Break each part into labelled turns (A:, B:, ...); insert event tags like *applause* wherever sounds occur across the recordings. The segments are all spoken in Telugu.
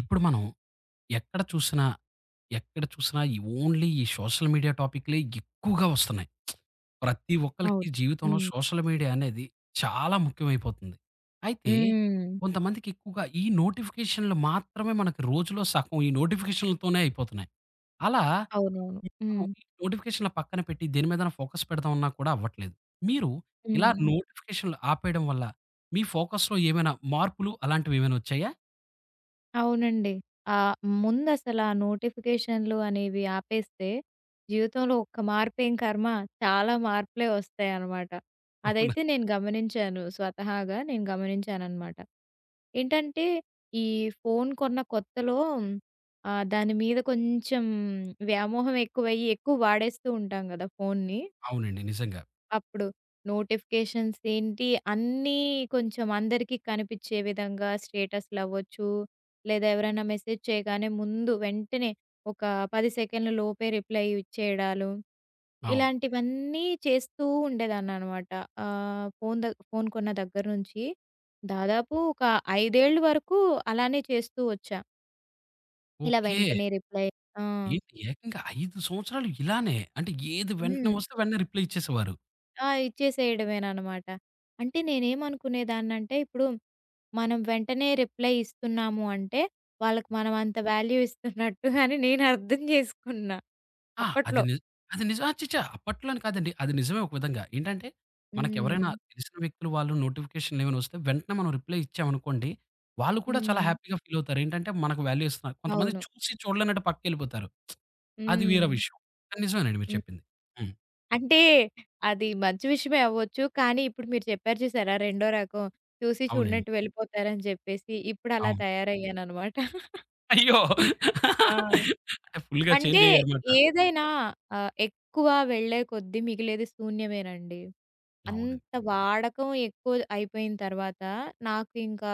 A: ఇప్పుడు మనం ఎక్కడ చూసినా, ఎక్కడ చూసినా ఈ ఓన్లీ ఈ సోషల్ మీడియా టాపిక్‌లే ఎక్కువగా వస్తున్నాయి. ప్రతి
B: అవును.
A: ఒక్కళ్ళకి జీవితంలో
B: హ్మ్.
A: సోషల్ మీడియా అనేది చాలా ముఖ్యమైపోతుంది. అయితే
B: హ్మ్.
A: కొంతమందికి ఎక్కువగా ఈ నోటిఫికేషన్‌లు మాత్రమే మనకు రోజులో సగం ఈ నోటిఫికేషన్‌లతోనే అయిపోతున్నాయి. అలా
B: అవునవును. హ్మ్.
A: మనం ఈ నోటిఫికేషన్‌ల పక్కన పెట్టి దేని మీదైనా ఫోకస్ పెడదామన్నా కూడా అవ్వట్లేదు. మీరు ఇలా
B: హ్మ్.
A: నోటిఫికేషన్‌లు ఆపేయడం వల్ల మీ ఫోకస్‌లో ఏమైనా మార్పులు అలాంటివి ఏమైనా వచ్చాయా?
B: అవునండి. ఆహ్, ముందసల ఆ నోటిఫికేషన్‌లు అనేవి ఆపేస్తే జీవితంలో ఒక్క మార్పేం కర్మ చాలా మార్పులే వస్తాయనమాట.
A: అవునా?
B: అదైతే నేను గమనించాను. స్వతహాగా నేను గమనించాననమాట. ఏంటంటే ఈ ఫోను కొన్న కొత్తలో దాని మీద కొంచెం వ్యామోహం ఎక్కువయ్యి ఎక్కువ వాడేస్తూ ఉంటాం గదా! ఫోన్ని.
A: అవునండి. నిజంగా.
B: అప్పుడు నోటిఫికేషన్స్ ఏంటి, అన్నీ కొంచెం అందరికీ కనిపిచ్చే విధంగా స్టేటస్‌లవ్వచ్చు, లేదా ఎవరైనా మెసేజ్ చేయగానే ముందు వెంటనే ఒక 10 సెకన్ల లోపే రిప్లై ఇచ్చేయడాలు,
A: అవును.
B: ఇలాంటివన్నీ చేస్తూ ఉండేదాన్ననమాట. ఆహ్, ఫోను ద ఫోను కొన్న దగ్గర నుంచి దాదాపు ఒక 5 ఏళ్ళు వరకు అలానే చేస్తూ వచ్చా. ఇలా
A: ఓకే.
B: వెంటనే రిప్లై ఆ!
A: ఏంటి ఏకంగా 5 సంవత్సరాలు ఇలానే. అంటే ఏది వెంటనే
B: హ్మ్.
A: వస్తే వెంటనే రిప్లై ఇచ్చేసేవారు.
B: ఆ! ఇచ్చేసేయడమేననమాట. అంటే నేనేమనుకునేదాన్నంటే ఇప్పుడు మనం వెంటనే రిప్లై ఇస్తున్నాము అంటే, వాళ్ళకి మనం అంత వాల్యూ ఇస్తున్నట్టు *laughs* అని నేను అర్థం చేసుకున్నా
A: ఆ!
B: అప్పట్లో.
A: అది నిజం అచ్చచ్చ! అప్పట్లోని కాదండి. అది నిజమే ఒక విధంగా. ఏంటంటే మనకెవరైనా
B: హ్మ్.
A: తెలిసిన వ్యక్తులు వాళ్ళు నోటిఫికేషన్‌లేమైనా వస్తే వెంటనే మనం రిప్లై ఇచ్చామనుకోండి, వాళ్ళు కూడా చాలా
B: హ్మ్.
A: హ్యాపీగా ఫీల్ అవుతారు. ఏంటంటే మనకు వాల్యూ ఇస్తున్నారు. కొంతమంది
B: అవును.
A: చూసి చూడలేనట్టు పక్కకెళ్ళిపోతారు. అది
B: హ్మ్.
A: వేరే విషయం. కానీ నిజమేనండి మీరు
B: హ్మ్.
A: చెప్పింది. హ్మ్.
B: అంటే అది మంచి విషయమే అవ్వచ్చు. కానీ ఇప్పుడు మీరు చెప్పారు చూసారా? రెండో రకం చూసి
A: అవునండి.
B: చూడనట్టు వెళ్ళిపోతారని చెప్పేసి, ఇప్పుడు అలా
A: అవును.
B: తయారయ్యాననమాట.
A: అయ్యో!
B: ఆ!
A: *laughs* అంటే ఫుల్‌గా
B: అంటే
A: చేంజ్ అయ్యారన్నమాట.
B: ఏదైనా ఎక్కువ వెళ్ళే కొద్దీ మిగిలేది శూన్యమేనండి.
A: అవునండి.
B: అంత వాడకం ఎక్కువ అయిపోయిన తర్వాత నాకు ఇంకా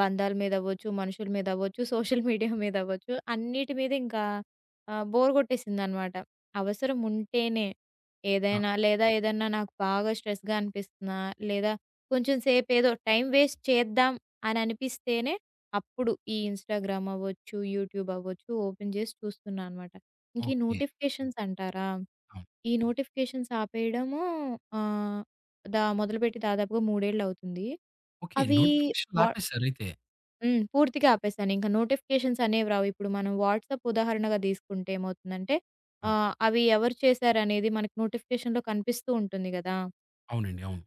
B: బంధాల మీద అవ్వచ్చు, మనుషుల మీద అవ్వచ్చు, సోషల్ మీడియా మీద అవ్వచ్చు, అన్నిటి మీద ఇంకా బోర్ కొట్టేసిందనమాట. అవసరం ఉంటేనే
A: ఆ!
B: ఏదైనా లేదా ఏదన్నా నాకు బాగా స్ట్రెస్‌గా అనిపిస్తున్నా, లేదా కొంచెం సేపు ఏదో టైం వేస్ట్ చేద్దాం అని అనిపిస్తేనే అప్పుడు ఈ ఇన్‌స్టాగ్రామ్ అవ్వచ్చు అవ్వచ్చు, యూట్యూబ్ అవ్వచ్చు ఓపెన్ జేసి చూస్తున్నా అనమాట. ఇంక ఈ
A: ఓకే.
B: నోటిఫికేషన్స్ అంటారా?
A: అవును.
B: ఈ నోటిఫికేషన్స్ ఆపేయడము ఆహ్, దా మొదలుపెట్టి దాదాపుగా 3 ఏళ్లవుతుంది.
A: ఓకే.
B: అవి
A: నోటిఫికేషన్‌లు
B: వా
A: ఆపేసారు అయితే.
B: హ్మ్. పూర్తిగా ఆపేసాను. ఇంక నోటిఫికేషన్స్ అనేవి రావు. ఇప్పుడు మనం వాట్సాప్ ఉదాహరణగా తీసుకుంటే ఏమవుతుందంటే
A: అవును.
B: అవి ఎవరు చేశారనేది మనకు నోటిఫికేషన్‌లో కనిపిస్తూ ఉంటుంది గదా!
A: అవునండి. అవును.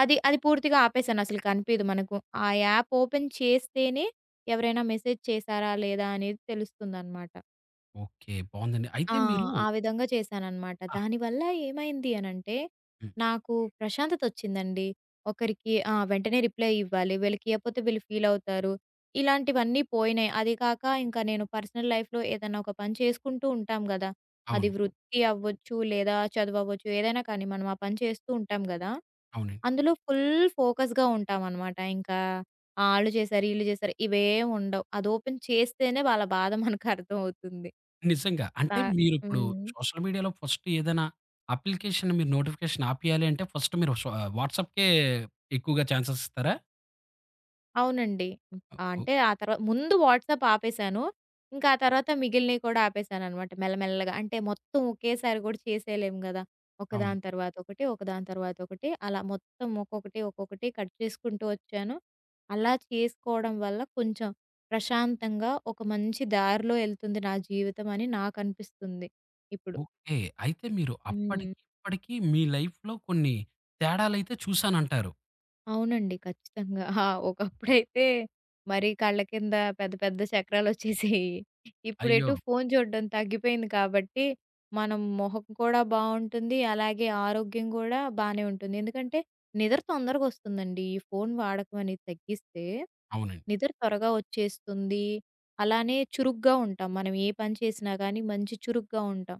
B: అది అది పూర్తిగా ఆపేసాను. అసలు కనిపీదు మనకు. ఆ యాప్ ఓపెన్ చేస్తేనే ఎవరైనా మెసేజ్ చేశారా లేదా అనేది తెలుస్తుందనమాట.
A: ఓకే. బావుందండి.
B: ఆ!
A: అయితే మీరు
B: ఆ విధంగా చేశాననమాట.
A: ఆ!
B: దానివల్ల ఏమైంది అనంటే,
A: హ్మ్.
B: నాకు ప్రశాంతతొచ్చిందండి. ఒకరికి ఆ! వెంటనే రిప్లై ఇవ్వాలి. వీళ్ళకి ఇయ్యకపోతే వీళ్ళు ఫీలవుతారు. ఇలాంటివన్నీ పోయినాయి. అది కాక ఇంకా నేను పర్సనల్ లైఫ్‌లో ఏదైనా ఒక పని చేసుకుంటూ ఉంటాం గదా! అది
A: అవును.
B: వృత్తి అవ్వచ్చు, లేదా చదువవ్వచ్చు, ఏదైనా కానీ మనం ఆ పని చేస్తూ ఉంటాం గదా!
A: అవునండి.
B: అందులో ఫుల్ ఫోకస్‌గా ఉంటామనమాట. ఇంకా ఆళ్ళు చేశారు, ఈళ్ళు చేశారు ఇవేం ఉండవు. అది ఓపెన్ చేస్తేనే వాళ్ళ బాధ మనకర్థమవుతుంది.
A: నిజంగా.
B: నా
A: అంటే మీరిప్పుడు
B: హ్మ్.
A: సోషల్ మీడియాలో ఫస్ట్ ఏదైనా అప్లికేషన్ మీరు నోటిఫికేషన్ ఆపేయాలి అంటే ఫస్ట్ మీరు సో వాట్సాప్‌కే ఎక్కువగా ఛాన్సెస్ ఇస్తారా?
B: అవునండి. హ్మ్.
A: ఓ ఓహ్!
B: అంటే ఆ తర్వా ముందు వాట్సాప్ ఆపేశాను. ఇంకా ఆ తర్వాత మిగిలినవి కూడా ఆపేశాననమాట మెల్లమెల్లగా. అంటే మొత్తం ఒకేసారి కూడా చేసేయలేము గదా!
A: అవును.
B: ఒకదాని తర్వాత ఒకటి, ఒకదాని తర్వాత ఒకటి అలా మొత్తం ఒక్కొక్కటి, ఒక్కొక్కటి కట్ చేసుకుంటూ వచ్చాను. అలా చేసుకోవడం వల్ల కొంచెం ప్రశాంతంగా ఒక మంచి దారిలో ఎళ్తుంది నా జీవితం అని నాకనిపిస్తుంది ఇప్పుడు.
A: ఓకే. అయితే మీరు
B: హ్మ్.
A: అప్పటికి, ఇప్పటికి మీ లైఫ్‌లో కొన్ని తేడాలైతే చూసానంటారు.
B: అవునండి. ఖచ్చితంగా. ఆ! ఒకప్పుడైతే మరి కళ్ళ కింద పెద్ద పెద్ద చక్రాలొచ్చేసేయి. ఇప్పుడు ఎటు
A: అయ్యో!
B: ఫోను చూడడం తగ్గిపోయింది కాబట్టి, మనం మొహం కూడా బావుంటుంది. అలాగే ఆరోగ్యం కూడా బానే ఉంటుంది. ఎందుకంటే నిద్ర తొందరగొస్తుందండి. ఈ ఫోను వాడకం అనేది తగ్గిస్తే
A: అవునండి.
B: నిద్ర త్వరగా వచ్చేస్తుంది. అలానే చురుగ్గా ఉంటాం. మనం ఏ పని చేసినా గానీ మంచి చురుగ్గా ఉంటాం.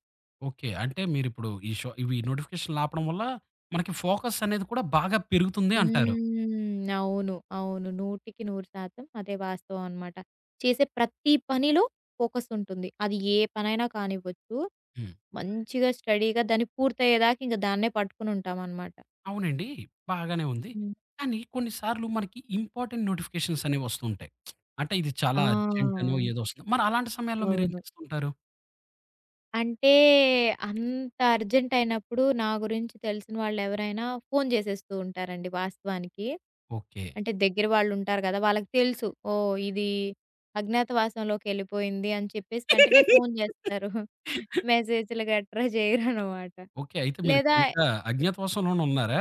A: ఓకే. అంటే మీరిప్పుడు ఈ షో ఇవి నోటిఫికేషన్‌లు ఆపడం వల్ల మనకి ఫోకస్ అనేది కూడా బాగా పెరుగుతుంది అంటారు.
B: హ్మ్. అవును. అవును. 100% అదే వాస్తవం అనమాట. చేసే ప్రతి పనిలో ఫోకస్ ఉంటుంది. అది ఏ పనైనా కానివ్వచ్చు.
A: హ్మ్.
B: మంచిగా స్టడీగా దాన్ని పూర్తయ్యేదాకా ఇంక దాన్నే పట్టుకొనుంటామనమాట.
A: అవునండి. బాగానే ఉంది.
B: హ్మ్.
A: కానీ కొన్ని సార్లు మనకి ఇంపార్టెంట్ నోటిఫికేషన్స్ అనేవి వస్తుంటాయి. అంటే ఇది
B: ఆ!
A: చాలా అర్జెంట్ అనో ఏదో వస్తుంది. మరి అలాంటి సమయాల్లో మీరేం
B: అవును.
A: చేస్తుంటారు?
B: అంటే, అంత అర్జెంట్ అయినప్పుడు నా గురించి తెలిసిన వాళ్ళెవరైనా ఫోను జేసేస్తూ ఉంటారండి వాస్తవానికి.
A: ఓకే.
B: అంటే దగ్గర వాళ్ళుంటారు గదా! వాళ్ళకి తెలుసు. ఓహ్! ఇది అజ్ఞాతవాసంలోకెళ్ళిపోయింది అని చెప్పేసి వెంటనే ఫోను జేస్తారు. మెసేజులు గట్రా జెయ్యరనమాట.
A: ఓకే. అయితే
B: లేదా
A: మీరిప్పుడు ఇంకా అజ్ఞాతవాసంలోనే ఉన్నారా?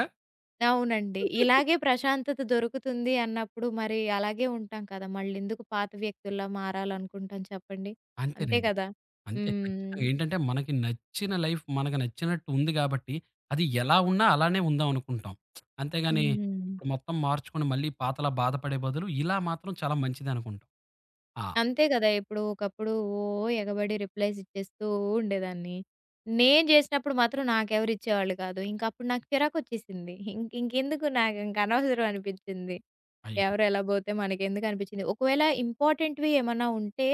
B: అవునండి. ఇలాగే ప్రశాంతత దొరుకుతుంది అన్నప్పుడు మరి అలాగే ఉంటాం కదా! మళ్ళెందుకు పాత వ్యక్తుల్లా మారాలనుకుంటాం చెప్పండి. అంతే
A: అంతేనండి.
B: కదా!
A: అంతే
B: హ్మ్.
A: ఖచ్చితంగా. ఏంటంటే మనకి నచ్చిన లైఫ్ మనకు నచ్చినట్టు ఉంది కాబట్టి అది ఎలా ఉన్నా అలానే ఉందాం అనుకుంటాం. అంతేగాని
B: హ్మ్.
A: ఇప్పుడు మొత్తం మార్చుకొని మళ్ళీ పాతలా బాధపడే బదులు ఇలా మాత్రం చాలా మంచిదనుకుంటాం. ఆ!
B: అంతే కదా! ఇప్పుడు ఒకప్పుడు ఓహ్! ఎగబడి రిప్లైస్ ఇచ్చేస్తూ ఉండేదాన్ని. నేను చేసినప్పుడు మాత్రం నాకెవరు ఇచ్చేవాళ్ళు కాదు. ఇంక అప్పుడు నాకు చిరాకొచ్చేసింది. ఇంక ఇంకెందుకు నాకు ఇంక అనవసరం అనిపించింది.
A: అయ్యో!
B: ఎవరు ఎలా పోతే మనకెందుకు అనిపించింది. ఒకవేళ ఇంపార్టెంట్‌వి ఏమన్నా ఉంటే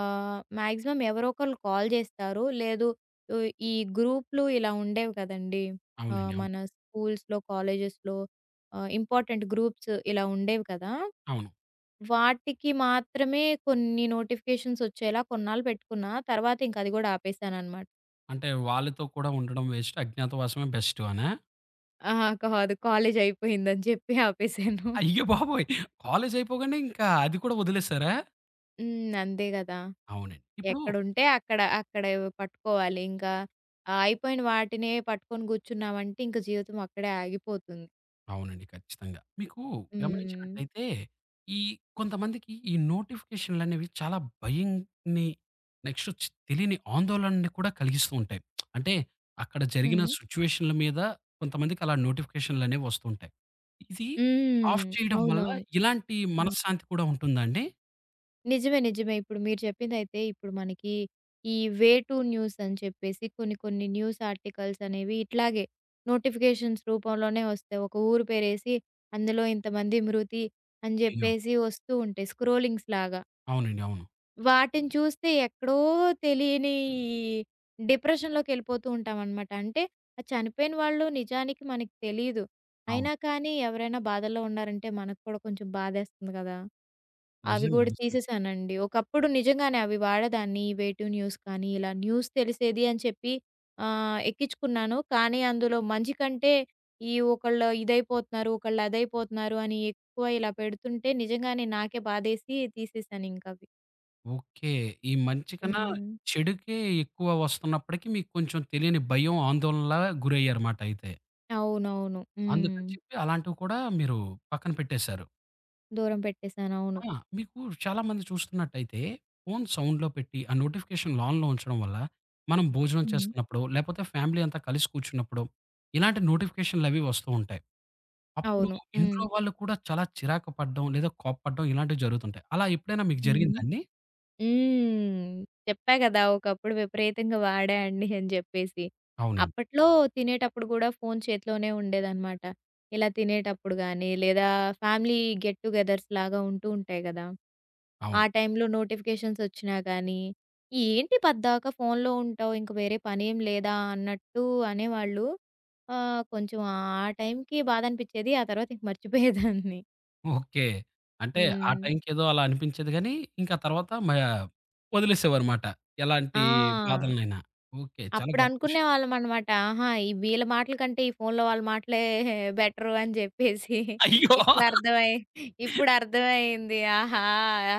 B: మాక్సిమం ఎవరో ఒకళ్ళు కాల్ జేస్తారు. లేదు ఈ గ్రూప్‌లు ఇలా ఉండేవి కదండీ!
A: అవునండి. అవును.
B: మన స్కూల్స్‌లో, కాలేజెస్‌లో ఇంపార్టెంట్ గ్రూప్స్ ఇలా ఉండేవి కదా!
A: అవును.
B: వాటికి మాత్రమే కొన్ని నోటిఫికేషన్స్ వచ్చేలా కొన్నాళ్ళు పెట్టుకున్నా. తర్వాత ఇంక అది గూడా ఆపేసాననమాట.
A: అంటే వాళ్ళతో కూడా ఉండడం వేస్ట్. అజ్ఞాతవాసమే బెస్ట్ అనా?
B: ఆహా! కాదు. కాలేజ్ అయిపోయిందని చెప్పి ఆపేసాను.
A: అయ్య బాబోయ్! కాలేజ్ అయిపోగానే ఇంకా అది కూడా వదిలేసారా?
B: హ్మ్. అంతే గదా!
A: అవునండి. ఇప్పుడు
B: ఎక్కడుంటే అక్కడ, అక్కడ పట్టుకోవాలి. ఇంకా అయిపోయిన వాటినే పట్టుకొని కూర్చున్నామంటే ఇంక జీవితం అక్కడే ఆగిపోతుంది.
A: అవునండి. ఖచ్చితంగా. మీకు
B: హ్మ్.
A: గమనించినట్టయితే ఈ కొంతమందికి ఈ నోటిఫికేషన్‌లనేవి చాలా భయంని, నెక్స్ట్ చి తెలియని ఆందోళనని కూడా కలిగిస్తూ ఉంటాయి. అంటే అక్కడ జరిగిన
B: హ్మ్.
A: సిట్యుయేషన్‌ల మీద కొంతమందికి అలా నోటిఫికేషన్‌లనేవి వస్తుంటాయి. ఇది
B: హ్మ్.
A: ఆఫ్ చేయడం వల్ల
B: అవునవును.
A: ఇలాంటి
B: హ్మ్.
A: మనశ్శాంతి కూడా ఉంటుందా అండి?
B: నిజమే. నిజమే. ఇప్పుడు మీరు చెప్పిందైతే ఇప్పుడు మనకి ఈ వే టూ న్యూస్ అని చెప్పేసి కొన్ని కొన్ని న్యూస్ ఆర్టికల్స్ అనేవి ఇట్లాగే నోటిఫికేషన్స్ రూపంలోనే వస్తాయి. ఒక ఊరు పేరేసి అందులో ఇంతమంది మృతి అని
A: అయ్యో!
B: చెప్పేసి వస్తూ ఉంటాయి. స్క్రోలింగ్స్ లాగా.
A: అవునండి. అవును.
B: వాటిని చూస్తే ఎక్కడో తెలియని డిప్రెషన్‌లోకెళ్ళిపోతూ ఉంటామనమాట. అంటే ఆ చనిపోయిన వాళ్ళు నిజానికి మనకి తెలీదు.
A: అవును.
B: అయినా కానీ ఎవరైనా బాధల్లో ఉన్నారంటే మనకు కూడా కొంచెం బాధేస్తుంది గదా! అవి
A: నిజంగా.
B: గూడా
A: నిజంగా.
B: తీసేసానండి. ఒకప్పుడు నిజంగానే అవి వాడేదాన్ని. ఈ వే టూ న్యూస్ కానీ ఇలా న్యూస్ తెలిసేది అని చెప్పి ఎక్కించుకున్నాను. కానీ అందులో మంచి కంటే ఈ ఒకళ్ళు ఇదైపోతున్నారు, ఒకళ్ళు అదైపోతున్నారు అని ఎక్కువ ఇలా పెడుతుంటే నిజంగానే నాకే బాధేసి తీసేసానింకవి.
A: ఓకే. ఈ మంచి కన్నా
B: హ్మ్.
A: చెడుకే ఎక్కువ వస్తున్నప్పటికీ మీకు కొంచెం తెలియని భయం, ఆందోళనలా గురయ్యారుమాట అయితే.
B: అవునవును. హ్మ్.
A: అందుకని చెప్పి అలాంటివి కూడా మీరు పక్కన పెట్టేశారు.
B: దూరం పెట్టేసాను. అవును.
A: ఆ! మీకు చాలామంది చూస్తున్నట్టయితే ఫోను సౌండ్‌లో పెట్టి, ఆ నోటిఫికేషన్‌లు ఆన్‌లో ఉంచడం వల్ల మనం భోజనం
B: హ్మ్.
A: చేస్తున్నప్పుడో, లేపోతే ఫ్యామిలీ అంతా కలిసి కూర్చున్నప్పుడో, ఇలాంటి నోటిఫికేషన్‌లవి వస్తూ ఉంటాయి. అప్పుడు
B: అవును. హ్మ్.
A: ఇంట్లో వాళ్ళు కూడా చాలా చిరాకు పడడం, లేదా కోప్పడడం ఇలాంటివి జరుగుతుంటాయి. అలా ఎప్పుడైనా మీకు
B: హ్మ్.
A: జరిగిందా అండి?
B: హ్మ్. చెప్పా గదా! ఒకప్పుడు విపరీతంగా వాడా అండి అని జెప్పేసి.
A: అవునండి.
B: అప్పట్లో తినేటప్పుడు గూడా ఫోను చేతిలోనే ఉండేదనమాట. ఇలా తినేటప్పుడు గానీ, లేదా ఫ్యామిలీ గెట్ టుగెదర్స్ లాగా ఉంటూ ఉంటాయి గదా! ఆ
A: అవును.
B: టైంలో నోటిఫికేషన్సొచ్చినా గానీ, ఏంటి పద్దాకా ఫోనులో ఉంటావు, ఇంక వేరే పనేం లేదా అన్నట్టు అనేవాళ్ళు. కొంచెం ఆ టైంకి బాధనిపిచ్చేది. ఆ తర్వాత ఇంక మర్చిపోయేదాన్ని.
A: ఓకే. అంటే ఆ
B: హ్మ్.
A: టైంకేదో అలా అనిపించేది గానీ, ఇంకా తర్వాత వదిలేసేవారుమాట. ఎలాంటి
B: ఆ!
A: బాధలనైనా. ఓకే. చాలా గొప్ప విషయం.
B: అప్పుడనుకునేవాళ్ళమనమాట. ఆహా! ఈ వీళ్ళ మాటల కంటే ఈ ఫోనులో వాళ్ళ మాటలే బెటరు అని జెప్పేసి.
A: అయ్యో!
B: ఇప్పుడర్థమై ఇప్పుడర్థమయింది. ఆహా!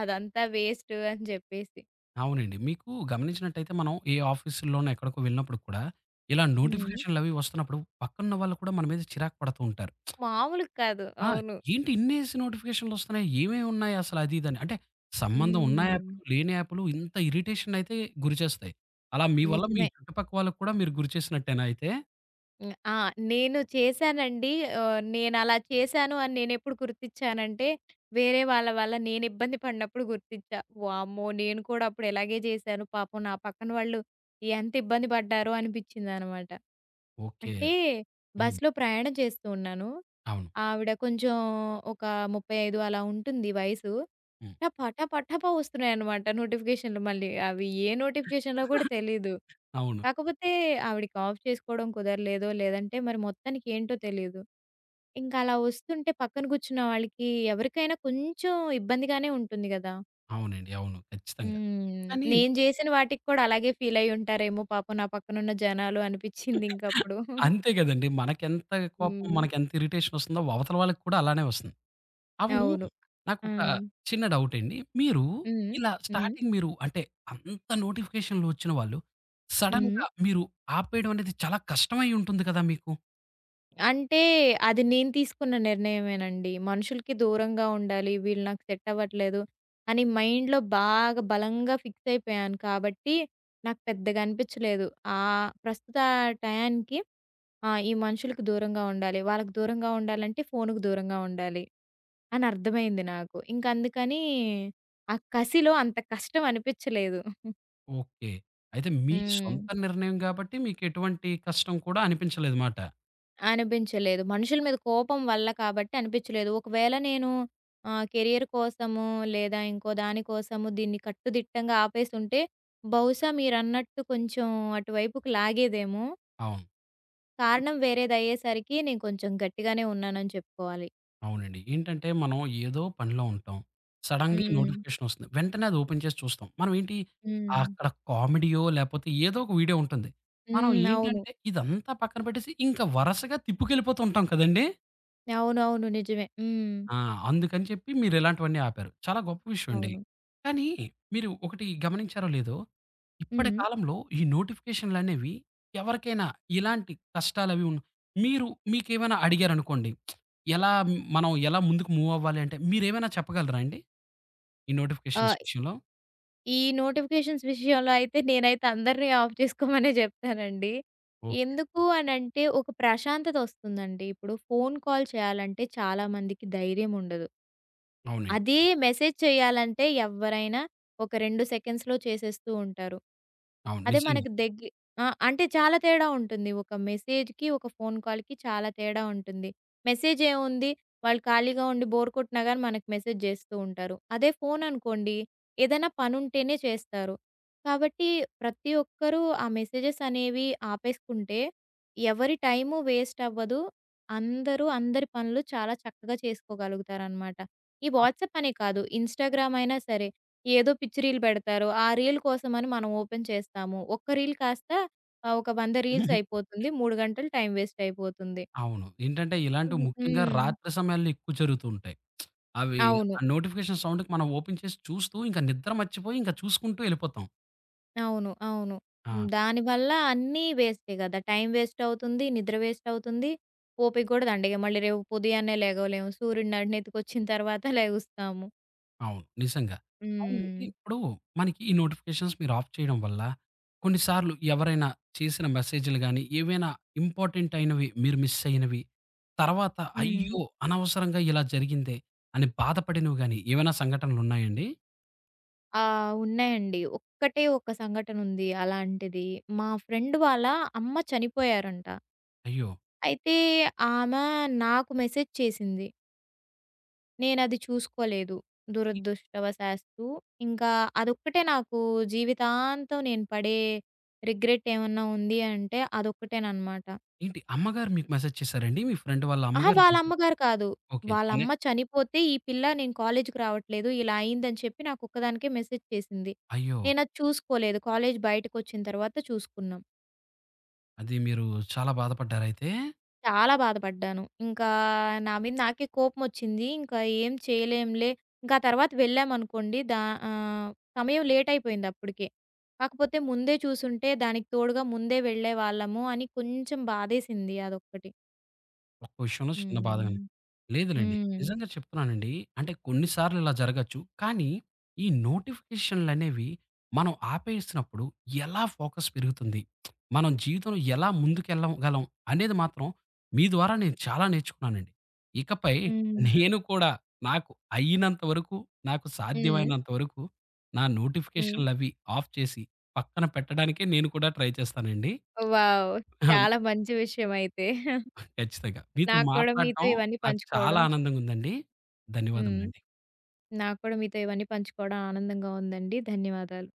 B: అదంతా వేస్టు అని జెప్పేసి.
A: అవునండి. మీకు గమనించినట్టయితే మనం ఏ ఆఫీసుల్లోనో ఎక్కడికో వెళ్ళినప్పుడు కూడా, ఇలా
B: హ్మ్.
A: నోటిఫికేషన్‌లవి వస్తున్నప్పుడు పక్కనున్న వాళ్ళు కూడా మన మీద చిరాకు పడుతూ ఉంటారు.
B: మామూలుగా కాదు.
A: ఆ!
B: అవును.
A: ఏంటి ఇన్నేసి నోటిఫికేషన్‌లొస్తున్నాయి? ఏమేమున్నాయి అసలు అది ఇదని. అంటే సంబంధం ఉన్న
B: హ్మ్.
A: యాప్‌లు, లేని యాప్‌లు ఇంత ఇరిటేషనయితే గురిచేస్తాయి. అలా మీ వల్ల మీ
B: నిజమే.
A: చుట్టుపక్క వాళ్ళకి కూడా మీరు గురిచేసినట్టేనా అయితే?
B: హ్మ్. ఆ! నేను చేశానండి. నేనలా చేశాను అని నేనెప్పుడు గుర్తిచ్చానంటే, వేరే వాళ్ళ వల్ల నేనిబ్బంది పడినప్పుడు గుర్తిచ్చా. వామ్మో! నేను కూడా అప్పుడు ఇలాగే చేశాను. పాపం నా పక్కన వాళ్ళు ఎంత ఇబ్బంది పడ్డారో అనిపిచ్చిందనమాట.
A: ఓకే.
B: అంటే
A: హ్మ్.
B: బస్‌లో ప్రయాణం చేస్తూ ఉన్నాను.
A: అవును.
B: ఆవిడ కొంచెం ఒక 35 అలా ఉంటుంది వయసు.
A: హ్మ్.
B: టపా టపా టపా వస్తున్నాయన్నమాట నోటిఫికేషన్‌లు మళ్ళీ. అవి ఏ నోటిఫికేషన్‌లో కూడా తెలీదు.
A: అవును.
B: కాకపోతే ఆవిడకి ఆఫ్ చేసుకోవడం కుదరలేదో, లేదంటే మరి మొత్తానికి ఏంటో తెలీదు. ఇంకా అలా వస్తుంటే పక్కన కూర్చున్న వాళ్ళకి ఎవరికైనా కొంచెం ఇబ్బందిగానే ఉంటుంది గదా!
A: అవునండి. అవును. ఖచ్చితంగా.
B: హ్మ్.
A: కానీ
B: నేను చేసిన వాటికి కూడా అలాగే ఫీల్ అయ్యి ఉంటారేమో పాపం నా పక్కనున్న జనాలు అనిపిచ్చిందింకప్పుడు. *laughs*
A: అంతే గదండీ. మనకెంత కోపం,
B: హ్మ్.
A: మనకెంత ఇరిటేషన్ వస్తుందో అవతల వాళ్ళకి కూడా అలానే వస్తుంది. అవును.
B: అవును. ఆ!
A: నాకొక చిన్న డౌటండి. మీరు
B: హ్మ్.
A: ఇలా
B: హ్మ్.
A: స్టార్టింగ్ మీరు అంటే అంత నోటిఫికేషన్‌లు వచ్చిన వాళ్ళు
B: హ్మ్.
A: సడెన్‌గా మీరు ఆపేయడం అనేది చాలా కష్టమై ఉంటుంది కదా మీకు?
B: అంటే, అది నేను తీసుకున్న నిర్ణయమేనండి. మనుషులకి దూరంగా ఉండాలి, వీళ్ళు నాకు సెట్ అవ్వట్లేదు అని మైండ్‌లో బాగా బలంగా ఫిక్స్ అయిపోయాను కాబట్టి, నాకు పెద్దగా అనిపిచ్చలేదు. ప్రస్తుత టయానికి ఆ! ఈ మనుషులకి దూరంగా ఉండాలి. వాళ్ళకి దూరంగా ఉండాలంటే ఫోనుకు దూరంగా ఉండాలి అని అర్థమైంది నాకు. ఇంకందుకని ఆ కసిలో అంత కష్టం అనిపిచ్చలేదు.
A: ఓకే. అయితే మీ
B: హ్మ్.
A: సొంత నిర్ణయం గాబట్టి మీకెటువంటి కష్టం కూడా అనిపించలేదమాట.
B: అనిపించలేదు. మనుషుల మీద కోపం వల్ల కాబట్టి అనిపించలేదు. ఒకవేళ నేను కెరియర్ కోసము లేదా ఇంకో దాని కోసము దీన్ని కట్టుదిట్టంగా ఆపేసుంటే బహుశా మీరన్నట్టు కొంచెం అటువైపుకి లాగేదేమో.
A: అవును.
B: కారణం వేరేదయ్యేసరికి నేను కొంచెం గట్టిగానే ఉన్నానని చెప్పుకోవాలి.
A: అవునండి. ఏంటంటే మనం ఏదో పనిలో ఉంటాం. సడెన్‌గా ఈ
B: హ్మ్.
A: నోటిఫికేషన్ వస్తుంది. వెంటనే అది ఓపెన్ చేసి చూస్తాం. మనం ఏంటి అవును.
B: హ్మ్.
A: అక్కడ కామెడీయో లేపోతే ఏదో ఒక వీడియో ఉంటుంది. మనం
B: హ్మ్. అవును.
A: ఏంటంటే ఇదంతా పక్కన పెట్టేసి ఇంకా వరసగా తిప్పుకెళ్ళిపోతూ ఉంటాం కదండీ!
B: అవునవును. నిజమే. హ్మ్.
A: ఆ! అందుకని చెప్పి మీరిలాంటివన్నీ ఆపారు. చాలా గొప్ప విషయం అండి.
B: అవును.
A: కానీ మీరు ఒకటి గమనించారో లేదో, ఇప్పటి
B: హ్మ్.
A: కాలంలో ఈ నోటిఫికేషన్‌లనేవి ఎవరికైనా ఇలాంటి కష్టాలవి ఉన్న మీరు మీకేమైనా అడిగారనుకోండి, ఎలా మనం ఎలా ముందుకు మూవ్ అవ్వాలి అంటే మీరేమైనా చెప్పగలరా అండి? ఈ నోటిఫికేషన్స్
B: ఆహ్,
A: విషయంలో?
B: ఈ నోటిఫికేషన్స్ విషయంలో అయితే నేనైతే అందరిని ఆఫ్ చేసుకోమనే జెప్తానండి.
A: ఓకే.
B: ఎందుకు అనంటే, ఒక ప్రశాంతత ఒస్తుందండి. ఇప్పుడు ఫోను కాల్ చేయాలంటే చాలా మందికి ధైర్యం ఉండదు.
A: అవునండి.
B: అదే మెసేజ్ చేయాలంటే ఎవ్వరైనా ఒక 2 సెకండ్స్‌లో చేసేస్తూ ఉంటారు.
A: అవును.
B: అదే
A: నిజంగా.
B: మనకి దగ్గి ఆ! అంటే చాలా తేడా ఉంటుంది. ఒక మెసేజ్‌కి, ఒక ఫోను కాల్‌కి చాలా తేడా ఉంటుంది. మెసేజ్ ఏముంది వాళ్ళు ఖాళీగా ఉండి బోర్ కొట్టినా గాని మనకు మెసేజ్ చేస్తూ ఉంటారు. అదే ఫోననుకోండి ఏదైనా పనుంటేనే చేస్తారు. కాబట్టి ప్రతి ఒక్కరూ ఆ మెసేజెస్ అనేవి ఆపేసుకుంటే ఎవరి టైము వేస్ట్ అవ్వదు. అందరూ అందరి పనులు చాలా చక్కగా చేసుకోగలుగుతారనమాట. ఈ
A: అవ్
B: వాట్సాప్ అనే కాదు. ఇన్‌స్టాగ్రామ్ అయినా సరే. ఏదో పిచ్చి రీల్ పెడతారు. ఆ రీల్ కోసమని మనం ఓపెన్ చేస్తాము. ఒక్క రీల్ కాస్త ఒక 100 రీల్స్ అయిపోతుంది. 3 గంటలు టైమ్ వేస్ట్ అయిపోతుంది.
A: అవును. ఏంటంటే ఇలాంటివి
B: హ్మ్.
A: ముఖ్యంగా
B: హ్మ్.
A: రాత్రి సమయాల్లో ఎక్కువ జరుగుతూ ఉంటాయి. అవి
B: అవును.
A: ఆ నోటిఫికేషన్ సౌండ్‌కి మనం ఓపెన్ చేసి చూస్తూ ఇంక నిద్ర మర్చిపోయి ఇంక చూసుకుంటూ ఎళ్ళిపోతాం.
B: అవును. అవును. హ్మ్.
A: ఆ!
B: దానివల్ల అన్నీ వేస్టే గదా! టైం వేస్ట్ అవుతుంది. నిద్ర వేస్ట్ అవుతుంది. ఓపిక గూడా దండిగ మళ్ళీ రేపు ఉదయాన్నే లెగవలేము. సూర్యుడు నడినెత్తుకొచ్చిన తర్వాత *laughs* లెగుస్తాము.
A: అవును. నిజంగా. అవును. అవునండి.
B: హ్మ్.
A: ఇప్పుడు మనకి ఈ నోటిఫికేషన్స్ మీరు ఆఫ్ చేయడం వల్ల కొన్నిసార్లు ఎవరైనా చేసిన మెసేజ్‌లు గాని, ఏవైనా ఇంపార్టెంట్ అయినవి మీరు మిస్ అయినవి, తర్వాత హ్మ్.
B: హ్మ్.
A: అయ్యో! అనవసరంగా ఇలా జరిగిందే అని బాధపడినవి గాని ఏవైనా సంఘటనలున్నాయండి?
B: ఆ! ఉన్నాయండి. ఒక్కటే ఒక సంఘటనుంది అలాంటిది. మా ఫ్రెండ్ వాళ్ళ అమ్మ చనిపోయారంట.
A: అయ్యో!
B: అయితే ఆమె నాకు మెసేజ్ చేసింది. నేనది చూసుకోలేదు.
A: ఎ
B: దురదృష్టవశాత్తు. ఇంకా అదొక్కటే నాకు జీవితాంతం నేను పడే రిగ్రెట్ ఏమన్నా ఉంది అంటే అదొక్కటేననమాట.
A: ఏంటి అమ్మగారు మీకు మెసేజ్ చేసారండి? మీ ఫ్రెండ్ వాళ్ళ
B: అహా!
A: అమ్మగారు
B: వాళ్ళ
A: చేసారు.
B: అమ్మగారు కాదు.
A: ఓకే. తనే
B: వాళ్ళమ్మ చనిపోతే, "ఈ పిల్ల నేను కాలేజీకి రావట్లేదు. ఇలా అయిందని" చెప్పి నాకొక్కదానికే మెసేజ్ చేసింది.
A: అయ్యో!
B: నేనది చూసుకోలేదు. కాలేజీ బయటకొచ్చిన తర్వాత చూసుకున్నాం.
A: అది మీరు చాలా బాధపడ్డారైతే?
B: చాలా బాధపడ్డాను. ఇంకా నా మీద నాకే కోపమొచ్చింది. ఇంకా ఏం చేయలేంలే. ఇంకా ఆ తర్వాత వెళ్ళామనుకోండి ఆహ్, సమయం లేట్ అయిపోయింది అప్పటికే. కాకపోతే ముందే చూసుంటే దానికి తోడుగా ముందే వెళ్ళేవాళ్ళము అని కొంచెం బాధేసింది అదొక్కటి.
A: ఒక్క విషయంలో చిన్న బాధగానే.
B: హ్మ్.
A: లేదులెండి.
B: హ్మ్.
A: నిజంగా చెప్తున్నానండి. అంటే కొన్ని సార్లు ఇలా జరగొచ్చు. కానీ ఈ నోటిఫికేషన్‌లనేవి మనం ఆపేసినప్పుడు ఎలా ఫోకస్ పెరుగుతుంది? మనం జీవితంలో ఎలా ముందుకెళ్ళగలం అనేది మాత్రం మీ ద్వారా నేను చాలా నేర్చుకున్నానండి. ఇకపై
B: హ్మ్.
A: నేను కూడా నాకు అయినంత వరకు, నాకు
B: హ్మ్.
A: సాధ్యమైనంత వరకు నా
B: హ్మ్.
A: నోటిఫికేషన్‌లవి ఆఫ్ చేసి పక్కన పెట్టడానికే నేను కూడా ట్రై చేస్తానండి.
B: వావ్! చాలా మంచి విషయమైతే.
A: ఖచ్చితంగా. మీతో
B: నాకు కూడా మీతో
A: మాట్లాడటం
B: ఇవన్నీ
A: నాకు చాలా
B: పంచుకోవడం
A: ఆనందంగుందండి.
B: హ్మ్.
A: ధన్యవాదములండి.
B: నాకు కూడా మీతో ఇవన్నీ పంచుకోవడం ఆనందంగా ఉందండి. ధన్యవాదాలు.